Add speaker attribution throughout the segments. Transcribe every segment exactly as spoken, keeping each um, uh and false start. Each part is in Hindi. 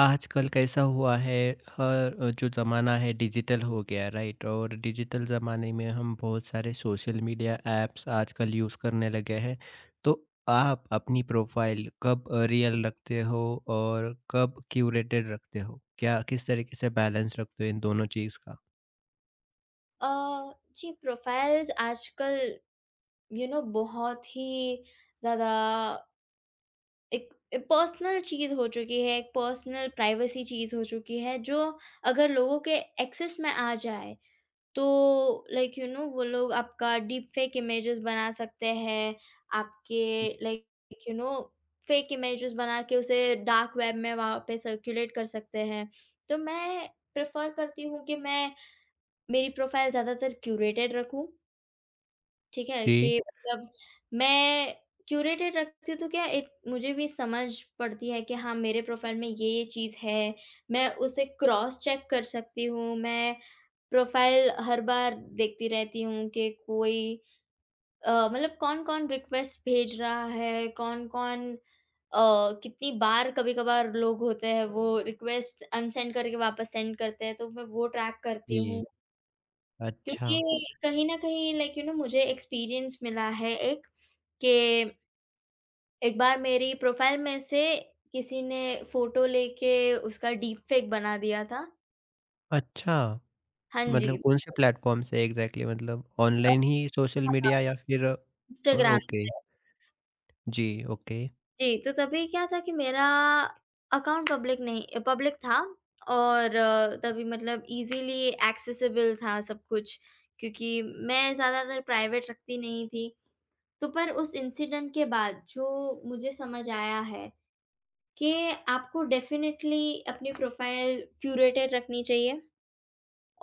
Speaker 1: आजकल कैसा हुआ है? हर अ, जो ज़माना है डिजिटल हो गया, राइट? और डिजिटल ज़माने में हम बहुत सारे सोशल मीडिया ऐप्स आजकल यूज़ करने लगे हैं। तो आप अपनी प्रोफाइल कब रियल रखते हो और कब क्यूरेटेड रखते हो? क्या किस तरीके से बैलेंस रखते हो इन दोनों चीज़ का?
Speaker 2: अ, जी, प्रोफ़ाइल्स आजकल यू नो बहुत ही ज़्यादा एक पर्सनल चीज़ हो चुकी है, एक पर्सनल प्राइवेसी चीज़ हो चुकी है, जो अगर लोगों के एक्सेस में आ जाए तो लाइक यू नो वो लोग आपका डीप फेक इमेजेस बना सकते हैं, आपके like you know fake images बना के उसे डार्क वेब में वहाँ पे सर्कुलेट कर सकते हैं। तो मैं प्रेफ़र करती हूँ कि मैं मेरी प्रोफ़ाइल ज़्यादातर क्यूरेटेड रखूँ। ठीक है?
Speaker 1: जी।
Speaker 2: कि मतलब मैं क्यूरेटेड रखती हूँ तो क्या एक मुझे भी समझ पड़ती है कि हाँ, मेरे प्रोफ़ाइल में ये-ये चीज़ है, मैं उसे क्रॉस चेक कर सकती हूँ, मैं प्रोफ़ाइल हर बार देखती रहती हूँ कि कोई अ, मतलब कौन-कौन रिक्वेस्ट भेज रहा है, कौन-कौन अ, कितनी बार, कभी-कभार लोग होते हैं वो रिक्वेस्ट अनसेंड करके वापस सेंड करते हैं, तो मैं वो ट्रैक करती
Speaker 1: जी।
Speaker 2: हूँ।
Speaker 1: अच्छा।
Speaker 2: क्योंकि कहीं न कहीं लाइक यू नो मुझे एक्सपीरियंस मिला है एक, कि एक बार मेरी प्रोफ़ाइल में से किसी ने फ़ोटो लेके उसका डीप फेक बना दिया था।
Speaker 1: अच्छा,
Speaker 2: हाँ जी।
Speaker 1: मतलब कौन से
Speaker 2: तो
Speaker 1: प्लेटफॉर्म से एग्जैक्टली exactly? मतलब
Speaker 2: अ,
Speaker 1: ऑनलाइन ही सोशल
Speaker 2: हाँ,
Speaker 1: मीडिया या फिर अ,
Speaker 2: इंस्टाग्राम
Speaker 1: ओके।
Speaker 2: से।
Speaker 1: जी। ओके।
Speaker 2: जी, तो तभी क्या था कि मेरा अकाउंट पब्लिक नहीं, पब्लिक था, और अ, तभी मतलब ईज़िली एक्सेसिबल था सब कुछ, क्योंकि मैं ज़्यादातर प्राइवेट रखती नहीं थी। तो पर उस इंसिडेंट के बाद जो मुझे समझ आया है कि आपको डेफ़िनेटली अपनी प्रोफ़ाइल क्यूरेटेड रखनी चाहिए,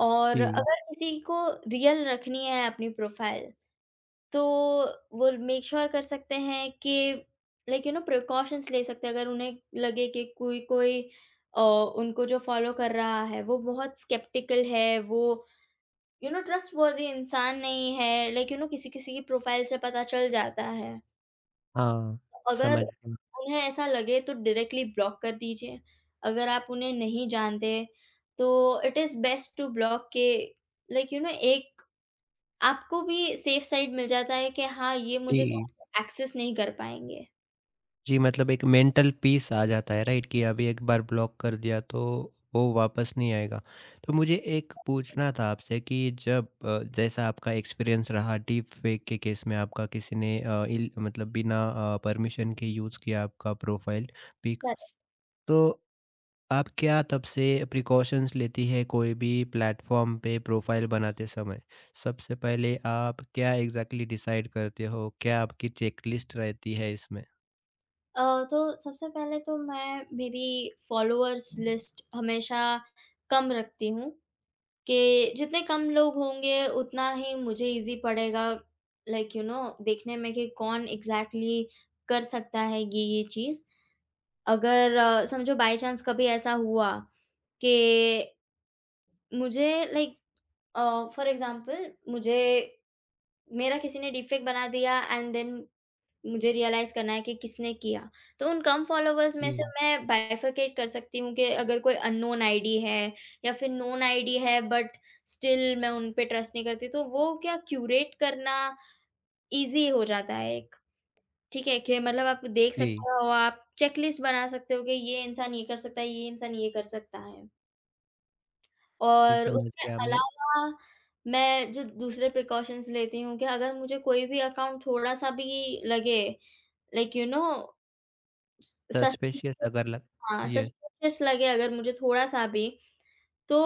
Speaker 2: और
Speaker 1: जी।
Speaker 2: अगर किसी को रियल रखनी है अपनी प्रोफ़ाइल, तो वो मेक श्योर sure कर सकते हैं कि लाइक यू नो प्रिकॉशंस ले सकते हैं। अगर उन्हें लगे कि कोई कोई अ, उनको जो फ़ॉलो कर रहा है, वो बहुत स्केप्टिकल है, वो यू नो ट्रस्टवर्थी इंसान नहीं है, लाइक यू नो किसी-किसी की प्रोफ़ाइल से पता चल जाता है।
Speaker 1: हाँ,
Speaker 2: अगर
Speaker 1: समझ गया।
Speaker 2: उन्हें ऐसा लगे तो डायरेक्टली ब्लॉक कर दीजिए। अगर आप उन्हें नहीं जानते, तो it is best to block के, लाइक यू नो एक आपको भी सेफ साइड मिल जाता है कि हाँ, ये मुझे
Speaker 1: जी।
Speaker 2: एक्सेस नहीं कर पाएँगे।
Speaker 1: जी, मतलब एक मेंटल पीस आ जाता है, राइट? कि अभी एक बार ब्लॉक कर दिया तो वो वापस नहीं आएगा। तो मुझे एक पूछना था आपसे कि जब अ, जैसा आपका एक्सपीरियंस रहा डीपफेक के केस में, आपका किसी ने अ, इल मतलब बिना अ, परमिशन के यूज़ किया आपका प्रोफाइल पिक,
Speaker 2: पर
Speaker 1: तो आप क्या तब से प्रिकॉशंस लेती है कोई भी प्लेटफॉर्म पे प्रोफाइल बनाते समय? सबसे पहले आप क्या एग्ज़ैक्टली डिसाइड करते हो? क्या आपकी चेकलिस्ट रहती है इसमें?
Speaker 2: अ, तो सबसे पहले तो मैं मेरी फॉलोअर्स लिस्ट हमेशा कम रखती हूँ। कि जितने कम लोग होंगे उतना ही मुझे ईज़ी पड़ेगा, लाइक यू नो देखने में कि कौन एग्ज़ैक्टली कर सकता है ये, ये चीज़। अगर अ, समझो बाय चांस कभी ऐसा हुआ कि मुझे लाइक अ, फॉर एग्ज़ाम्पल मुझे मेरा किसी ने डीपफ़ेक बना दिया, एंड देन मुझे रियलाइज़ करना है कि किसने किया। तो उन कम फॉलोवर्स में से
Speaker 1: जी।
Speaker 2: मैं बाइफरकेट कर सकती हूँ कि अगर कोई अननोन आईडी है या फिर नोन आईडी है, बट स्टिल मैं उन पे ट्रस्ट नहीं करती, तो वो क्या क्यूरेट करना ईज़ी हो जाता है एक। ठीक है? कि मतलब आप देख
Speaker 1: जी।
Speaker 2: सकते हो, आप चेकलिस्ट बना सकते हो कि ये इंसान ये कर सकता है, ये इंसान ये कर सकता है।
Speaker 1: जी,
Speaker 2: और
Speaker 1: समझ
Speaker 2: उसके
Speaker 1: गया मैं।
Speaker 2: अलावा, मैं जो दूसरे प्रिकॉशंस लेती हूँ कि अगर मुझे कोई भी अकाउंट थोड़ा-सा भी लगे like you know
Speaker 1: suspicious
Speaker 2: suspicious,
Speaker 1: अगर लग
Speaker 2: हाँ,
Speaker 1: यस।
Speaker 2: सस्पिशियस लगे अगर मुझे थोड़ा-सा भी, तो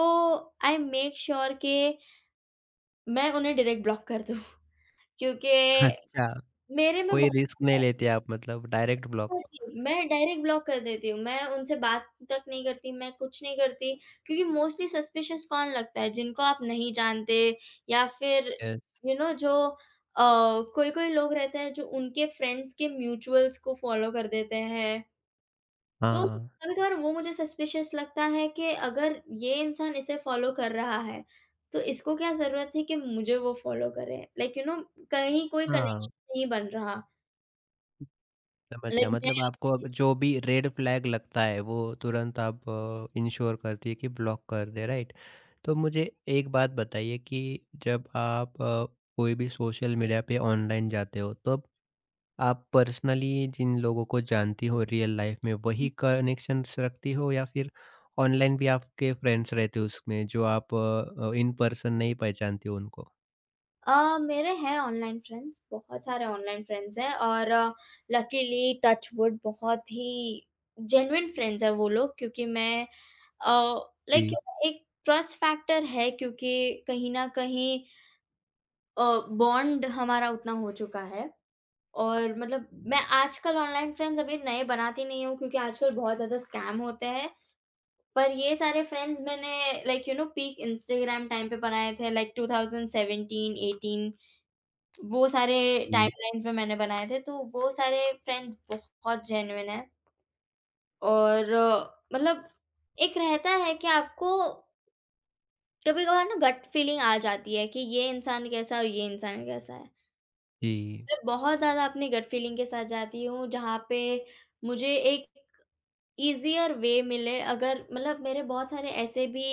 Speaker 2: आई मेक श्योर कि मैं उन्हें डायरेक्ट ब्लॉक कर दूँ। क्योंकि
Speaker 1: अच्छा,
Speaker 2: मेरे में
Speaker 1: कोई
Speaker 2: बहुत
Speaker 1: रिस्क नहीं लेते आप मतलब डायरेक्ट ब्लॉक।
Speaker 2: जी, मैं डायरेक्ट ब्लॉक कर देती हूँ, मैं उनसे बात तक नहीं करती, मैं कुछ नहीं करती, क्योंकि मोस्टली सस्पिशियस कौन लगता है? जिनको आप नहीं जानते, या फिर
Speaker 1: yes.
Speaker 2: You you know know, जो अ, कोई-कोई लोग रहते हैं जो उनके फ्रेंड्स के म्यूचुअल्स को फॉलो कर देते हैं। तो
Speaker 1: हाँ।
Speaker 2: कभी-कभार वो मुझे सस्पिशियस लगता है कि अगर ये इंसान इसे फ़ॉलो कर रहा है, तो इसको क्या ज़रूरत है कि मुझे वो फ़ॉलो करे? लाइक यू नो कहीं कोई
Speaker 1: हाँ,
Speaker 2: कनेक्शन नहीं बन रहा।
Speaker 1: समझ गया
Speaker 2: लाइक मैं
Speaker 1: मतलब आपको अब जो भी रेड फ्लैग लगता है, वो तुरंत आप अ, इंश्योर करती है कि ब्लॉक कर दें, राइट? तो मुझे एक बात बताइए कि जब आप अ, कोई भी सोशल मीडिया पे ऑनलाइन जाते हो, तब आप पर्सनली जिन लोगों को जानती हो रियल लाइफ में, वही कनेक्शंस रखती हो, या फिर ऑनलाइन भी आपके फ्रेंड्स रहते हो उसमें, जो आप अ, इन पर्सन नहीं पहचानती हो उनको?
Speaker 2: अ, मेरे हैं ऑनलाइन फ्रेंड्स, बहुत सारे ऑनलाइन फ्रेंड्स हैं, और लकीली टच वुड बहुत ही जेन्युइन फ्रेंड्स हैं वो लोग, क्योंकि मैं अ, लाइक
Speaker 1: जी।
Speaker 2: एक ट्रस्ट फैक्टर है, क्योंकि कहीं न कहीं अ, बॉन्ड हमारा उतना हो चुका है। और मतलब मैं आजकल ऑनलाइन फ्रेंड्स अभी नए बनाती नहीं हूँ, क्योंकि आजकल बहुत ज़्यादा स्कैम होते हैं। पर ये सारे फ्रेंड्स मैंने like you know peak Instagram time पे बनाए थे, लाइक ट्वेंटी सेवनटीन-एटीन वो सारे
Speaker 1: जी।
Speaker 2: टाइमलाइन्स में मैंने बनाए थे। तो वो सारे फ्रेंड्स बहुत जेन्युइन हैं, और अ, मतलब एक रहता है कि आपको कभी-कभार ना गट फीलिंग आ जाती है कि ये इंसान कैसा है और ये इंसान कैसा है।
Speaker 1: जी।
Speaker 2: मैं बहुत ज़्यादा अपनी गट फीलिंग के साथ जाती हूँ, जहाँ पे मुझे एक ईज़ियर वे मिले। अगर मतलब मेरे बहुत सारे ऐसे भी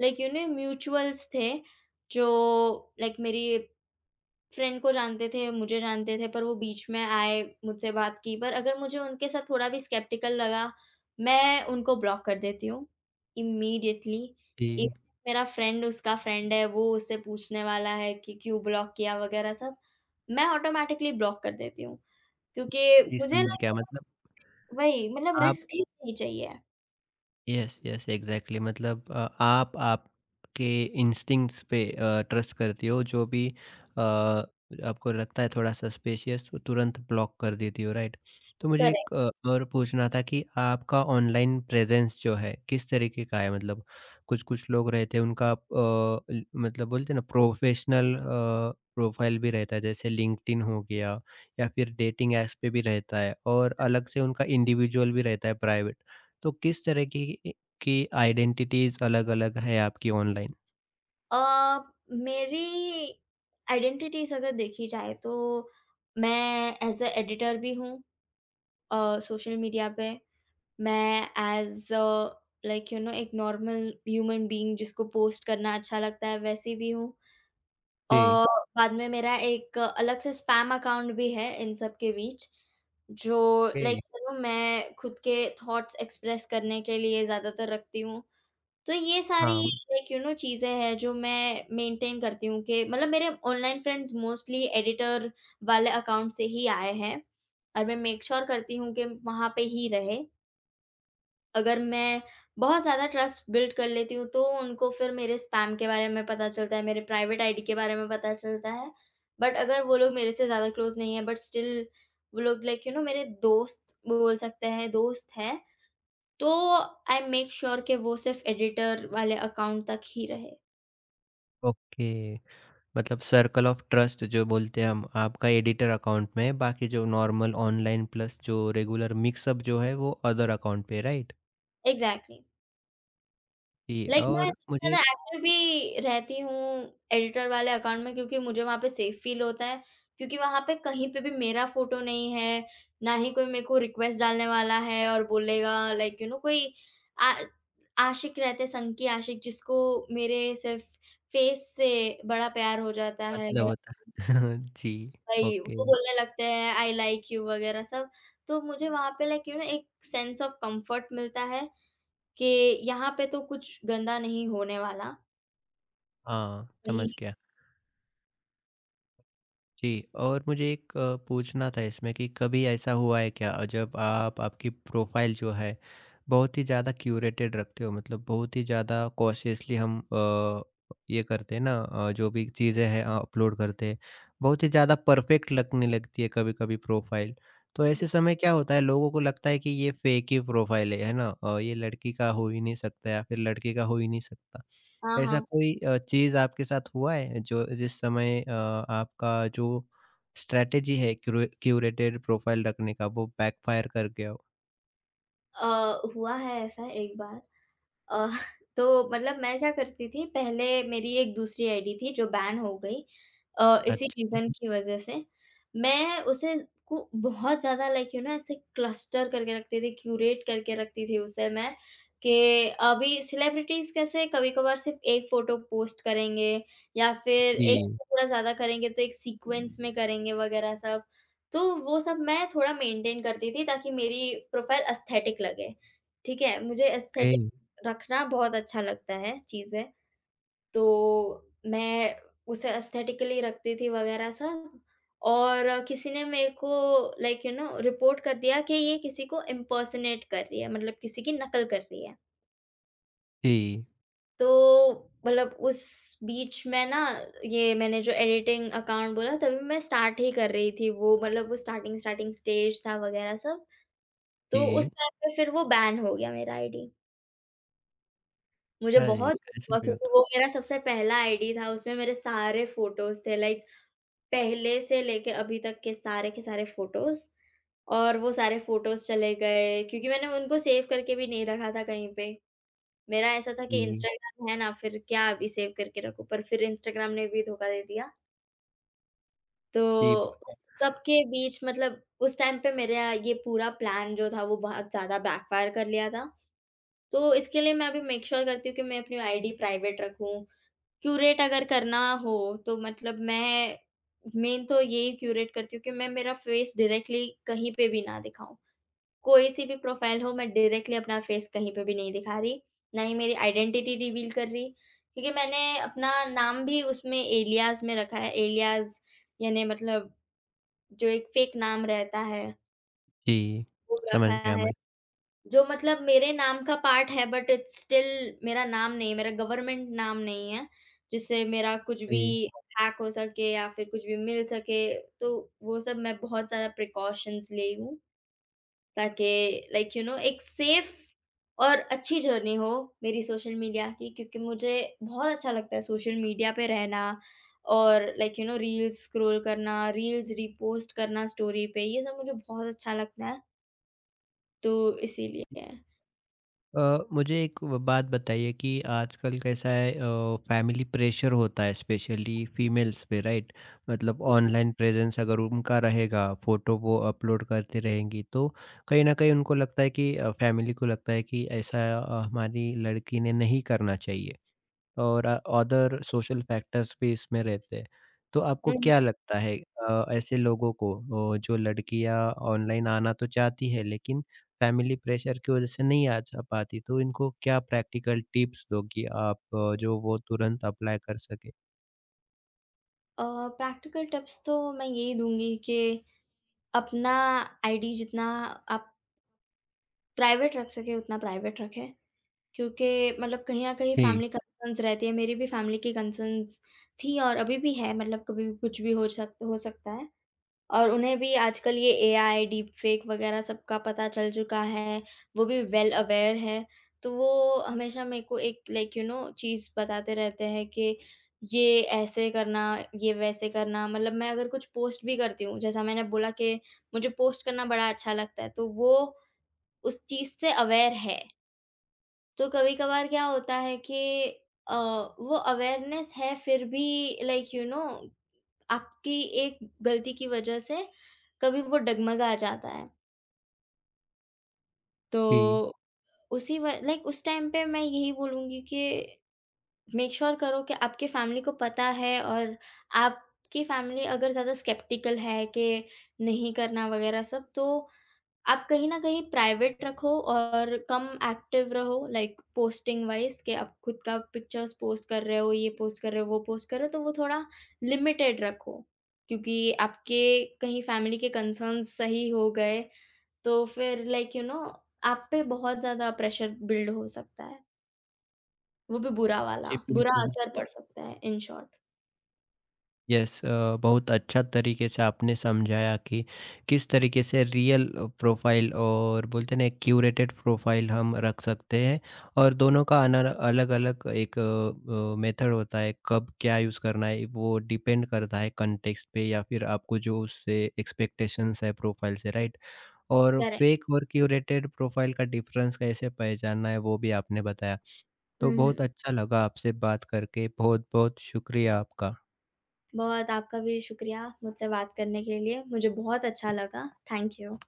Speaker 2: लाइक यू नो म्यूचुअल्स थे जो लाइक मेरी फ्रेंड को जानते थे, मुझे जानते थे, पर वो बीच में आए, मुझसे बात की, पर अगर मुझे उनके साथ थोड़ा भी स्केप्टिकल लगा, मैं उनको ब्लॉक कर देती हूँ इमीडिएटली।
Speaker 1: जी।
Speaker 2: इफ मेरा फ्रेंड उसका फ्रेंड है, वो उससे पूछने वाला है कि क्यों ब्लॉक किया वगैरह सब, मैं ऑटोमैटिकली ब्लॉक कर देती हूँ, क्योंकि
Speaker 1: जी,
Speaker 2: मुझे
Speaker 1: समझ
Speaker 2: ना
Speaker 1: गया मतलब
Speaker 2: वही मतलब
Speaker 1: आप
Speaker 2: रिस्क ही नहीं चाहिए।
Speaker 1: यस यस एग्जैक्टली मतलब अ, आप आपके इंस्टिंक्ट्स पे ट्रस्ट करती हो, जो भी अ, आपको लगता है थोड़ा सस्पिशियस तो तुरंत ब्लॉक कर देती हो, राइट? तो मुझे एक
Speaker 2: करेक्ट।
Speaker 1: अ, और पूछना था कि आपका ऑनलाइन प्रेजेंस जो है किस तरीके का है, मतलब कुछ कुछ लोग रहते हैं उनका अ, ल- मतलब बोलते हैं ना, प्रोफेशनल प्रोफाइल भी रहता है, जैसे लिंक्डइन हो गया या फिर डेटिंग ऐप्स पे भी रहता है, और अलग से उनका इंडिविजुअल भी रहता है प्राइवेट। तो किस तरह की ए की आइडेंटिटीज़ अलग-अलग है आपकी ऑनलाइन?
Speaker 2: अ, मेरी आइडेंटिटीज़ अगर देखी जाए तो मैं एज़ अ एडिटर भी हूँ अ, सोशल मीडिया पे। मैं as a, like you know एक नॉर्मल ह्यूमन बीइंग जिसको पोस्ट करना अच्छा लगता है, वैसी भी हूँ।
Speaker 1: जी।
Speaker 2: और बाद में मेरा एक अलग से स्पैम अकाउंट भी है इन सब के बीच, जो लाइक
Speaker 1: पे
Speaker 2: यू नो मैं खुद के थॉट्स एक्सप्रेस करने के लिए ज़्यादातर रखती हूँ। तो ये सारी
Speaker 1: हाँ।
Speaker 2: लाइक यू नो चीज़ें हैं जो मैं मेंटेन करती हूँ, कि मतलब मेरे ऑनलाइन फ्रेंड्स मोस्टली एडिटर वाले अकाउंट से ही आए हैं, और मैं मेक श्योर करती हूँ कि वहाँ पे ही रहे। अगर मैं बहुत ज़्यादा ट्रस्ट बिल्ड कर लेती हूँ तो उनको फिर मेरे स्पैम के बारे में पता चलता है, मेरे प्राइवेट आईडी के बारे में पता चलता है। बट अगर वो लोग मेरे से ज़्यादा क्लोज़ नहीं है, बट स्टिल वो लोग लाइक यू नो मेरे दोस्त बोल सकते हैं, दोस्त हैं। तो आई मेक श्योर कि वो सिर्फ़ एडिटर वाले अकाउंट तक ही रहे।
Speaker 1: ओके। मतलब सर्कल ऑफ ट्रस्ट जो बोलते हैं हम, आपका एडिटर अकाउंट में है, बाकी जो नॉर्मल ऑनलाइन प्लस जो रेगुलर मिक्सअप जो है वो अदर अकाउंट पे, राइट?
Speaker 2: एग्ज़ैक्टली।
Speaker 1: जी,
Speaker 2: लाइक मैं
Speaker 1: और
Speaker 2: सबसे
Speaker 1: मुझे
Speaker 2: ज़्यादा
Speaker 1: एक
Speaker 2: एक्टिव भी रहती हूँ एडिटर वाले अकाउंट में, क्योंकि मुझे वहाँ पे सेफ़ फ़ील होता है, क्योंकि वहाँ पे कहीं पे भी मेरा फ़ोटो नहीं है, ना ही कोई मेरे को रिक्वेस्ट डालने वाला है और बोलेगा लाइक यू नो कोई आ आशिक रहते संग की आशिक, जिसको मेरे सिर्फ़ फ़ेस से बड़ा प्यार हो जाता है।
Speaker 1: मतलब होता है जी।
Speaker 2: वही,
Speaker 1: ओके।
Speaker 2: वो बोलने लगते हैं आई लाइक यू वगैरह सब, तो मुझे वहाँ पे लाइक यू नो एक सेंस ऑफ कम्फर्ट मिलता है कि यहाँ पे तो कुछ गंदा नहीं होने वाला।
Speaker 1: हाँ, समझ
Speaker 2: वही
Speaker 1: गया। जी, और मुझे एक अ, पूछना था इसमें कि कभी ऐसा हुआ है क्या जब आप आपकी प्रोफ़ाइल जो है बहुत ही ज़्यादा क्यूरेटेड रखते हो, मतलब बहुत ही ज़्यादा कॉशियसली हम अ, ये करते हैं ना अ, जो भी चीज़ें हैं अपलोड करते हैं, बहुत ही ज़्यादा परफेक्ट लगने लगती है कभी-कभी प्रोफ़ाइल। तो ऐसे समय क्या होता है, लोगों को लगता है कि ये फेक ही प्रोफ़ाइल है, है ना? अ, ये लड़की का हो ही नहीं सकता या फिर लड़के का हो ही नहीं सकता।
Speaker 2: हाँ,
Speaker 1: ऐसा
Speaker 2: हाँ।
Speaker 1: कोई अ, चीज़ आपके साथ हुआ है जो जिस समय अ, आपका जो स्ट्रैटेजी है क्यूरे क्यूरेटेड प्रोफाइल रखने का वो बैकफायर कर गया हो?
Speaker 2: अ, हुआ है ऐसा एक बार। अ, तो मतलब मैं क्या करती थी, पहले मेरी एक दूसरी आईडी थी जो बैन हो गई अ, इसी
Speaker 1: अच्छा।
Speaker 2: रीज़न की वज़ह से। मैं उसे को बहुत ज़्यादा लाइक यू नो ऐसे क्लस्टर करके रखती थी, क्यूरेट करके रखती थी उसे मैं, कि अभी सेलिब्रिटीज़ कैसे कभी-कभार सिर्फ़ एक फ़ोटो पोस्ट करेंगे या फिर एक
Speaker 1: जी।
Speaker 2: से थोड़ा ज़्यादा करेंगे तो एक सीक्वेंस में करेंगे वग़ैरह सब। तो वो सब मैं थोड़ा मेंटेन करती थी ताकि मेरी प्रोफ़ाइल एस्थेटिक लगे, ठीक है? मुझे एस्थेटिक
Speaker 1: कई
Speaker 2: रखना बहुत अच्छा लगता है चीज़ें, तो मैं उसे एस्थेटिकली रखती थी वग़ैरह सब, और किसी ने मेरे को लाइक यू नो रिपोर्ट कर दिया कि ये किसी को इम्पर्सनेट कर रही है, मतलब किसी की नकल कर रही है।
Speaker 1: जी।
Speaker 2: तो मतलब उस बीच में ना, ये मैंने जो एडिटिंग अकाउंट बोला तभी मैं स्टार्ट ही कर रही थी, वो मतलब वो स्टार्टिंग स्टार्टिंग स्टेज था वग़ैरह सब, तो उस
Speaker 1: जी।
Speaker 2: टाइम पे फिर वो बैन हो गया मेरा आईडी। मुझे
Speaker 1: अरे!
Speaker 2: बहुत दुःख
Speaker 1: ऐसा
Speaker 2: हुआ
Speaker 1: भी
Speaker 2: क्योंकि
Speaker 1: होता
Speaker 2: वो मेरा सबसे पहला आईडी था, उसमें मेरे सारे फ़ोटोज़ थे, लाइक पहले से लेके अभी तक के सारे के सारे फ़ोटोज़, और वो सारे फ़ोटोज़ चले गए क्योंकि मैंने उनको सेव करके भी नहीं रखा था कहीं पे। मेरा ऐसा था कि
Speaker 1: जी।
Speaker 2: इंस्टाग्राम है ना, फिर क्या अभी सेव करके रखूँ, पर फिर इंस्टाग्राम ने भी धोखा दे दिया। तो
Speaker 1: जी, बिल
Speaker 2: उस सबके बीच मतलब उस टाइम पे मेरा ये पूरा प्लान जो था वो बहुत ज़्यादा बैकफ़ायर कर लिया था। तो इसके लिए मैं अभी मेक श्योर करती हूँ कि मैं अपनी आईडी प्राइवेट रखूँ। क्यूरेट अगर करना हो तो मतलब मैं मेन तो यही क्यूरेट करती हूँ कि मैं मेरा फेस डायरेक्टली कहीं पे भी ना दिखाऊँ। कोई सी भी प्रोफ़ाइल हो, मैं डायरेक्टली अपना फेस कहीं पे भी नहीं दिखा रही, ना ही मेरी आइडेंटिटी रिवील कर रही। क्योंकि मैंने अपना नाम भी उसमें एलियास में रखा है, एलियास यानी मतलब जो एक फ़ेक नाम रहता है,
Speaker 1: जी,
Speaker 2: वो
Speaker 1: समझ
Speaker 2: रखा
Speaker 1: गया
Speaker 2: है।
Speaker 1: मैं।
Speaker 2: जो मतलब मेरे नाम का पार्ट है, बट इट्स स्टिल मेरा नाम नहीं है, मेरा गवर्नमेंट नाम नहीं है, जिससे मेरा कुछ भी
Speaker 1: जी।
Speaker 2: हैक हो सके या फिर कुछ भी मिल सके, तो वो सब मैं बहुत ज़्यादा प्रिकॉशंस ली हूँ, ताकि लाइक यू नो एक सेफ और अच्छी जर्नी हो मेरी सोशल मीडिया की, क्योंकि मुझे बहुत अच्छा लगता है सोशल मीडिया पे रहना, और like you know reels scroll करना, रील्स रीपोस्ट करना स्टोरी पे, ये सब मुझे बहुत अच्छा लगता है, तो इसीलिए।
Speaker 1: अ, मुझे एक व बात बताइए कि आजकल कैसा है, अ, फैमिली प्रेशर होता है स्पेशली फीमेल्स पे, राइट? मतलब
Speaker 2: जी।
Speaker 1: ऑनलाइन प्रेजेंस अगर उनका रहेगा, फोटो वो अपलोड करती रहेंगी, तो कहीं ना कहीं उनको लगता है कि अ, फैमिली को लगता है कि ऐसा अ, हमारी लड़की ने नहीं करना चाहिए और अदर सोशल फैक्टर्स भी इसमें रहते हैं। तो आपको
Speaker 2: हुँ।
Speaker 1: क्या लगता है, अ, ऐसे लोगों को अ, जो लड़कियां ऑनलाइन आना तो चाहती है लेकिन फैमिली प्रेशर की वजह से नहीं आ जा पाती, तो इनको क्या प्रैक्टिकल टिप्स दोगी आप अ, जो वो तुरंत अप्लाई कर सके?
Speaker 2: अ, प्रैक्टिकल टिप्स तो मैं यही दूँगी कि अपना आईडी जितना आप प्राइवेट रख सकें उतना प्राइवेट रखें, क्योंकि मतलब कहीं न कहीं
Speaker 1: जी।
Speaker 2: फैमिली कंसर्न्स रहती है, मेरी भी फैमिली की कंसर्न्स थी और अभी भी है, मतलब कभी भी कुछ भी हो सक हो सकता है। और उन्हें भी आजकल ये एआई, डीप फेक वगैरह सबका पता चल चुका है, वो भी वेल अवेयर है। तो वो हमेशा मेरे को एक लाइक यू नो चीज़ बताते रहते हैं कि ये ऐसे करना, ये वैसे करना, मतलब मैं अगर कुछ पोस्ट भी करती हूँ, जैसा मैंने बोला कि मुझे पोस्ट करना बड़ा अच्छा लगता है, तो वो उस चीज़ से अवेयर है। तो कभी-कभार क्या होता है कि अ, वो अवेयरनेस है फिर भी लाइक यू नो आपकी एक गलती की वजह से कभी वो डगमगा जाता है।
Speaker 1: जी।
Speaker 2: तो उसी व लाइक उस टाइम पे मैं यही बोलूँगी कि मेक श्योर sure करो कि आपके फैमिली को पता है, और आपकी फैमिली अगर ज़्यादा स्केप्टिकल है कि नहीं करना वगैरह सब, तो आप कहीं न कहीं प्राइवेट रखो और कम एक्टिव रहो, लाइक पोस्टिंग वाइज़ कि आप खुद का पिक्चर्स पोस्ट कर रहे हो, ये पोस्ट कर रहे हो, वो पोस्ट कर रहे हो, तो वो थोड़ा लिमिटेड रखो। क्योंकि आपके कहीं फैमिली के कंसर्न्स सही हो गए, तो फिर लाइक यू नो आप पे बहुत ज़्यादा प्रेशर बिल्ड हो सकता है। वो भी बुरा वाला,
Speaker 1: जी,
Speaker 2: बुरा
Speaker 1: बिल्कुल।
Speaker 2: असर पड़ सकता है इन शॉर्ट।
Speaker 1: यस, अ, बहुत अच्छा तरीके से आपने समझाया कि किस तरीके से रियल प्रोफाइल और बोलते हैं ना क्यूरेटेड प्रोफाइल हम रख सकते हैं, और दोनों का अलग अलग एक मेथड होता है, कब क्या यूज़ करना है वो डिपेंड करता है कंटेक्स्ट पे या फिर आपको जो उससे एक्सपेक्टेशंस है प्रोफाइल से, राइट? और
Speaker 2: करेक्ट।
Speaker 1: फेक और क्यूरेटेड प्रोफाइल का डिफरेंस कैसे पहचानना है वो भी आपने बताया।
Speaker 2: हुँ,
Speaker 1: तो बहुत
Speaker 2: हुँ।
Speaker 1: अच्छा लगा आपसे बात करके, बहुत बहुत शुक्रिया आपका।
Speaker 2: बहुत आपका भी शुक्रिया मुझसे बात करने के लिए, मुझे बहुत अच्छा लगा। Thank you.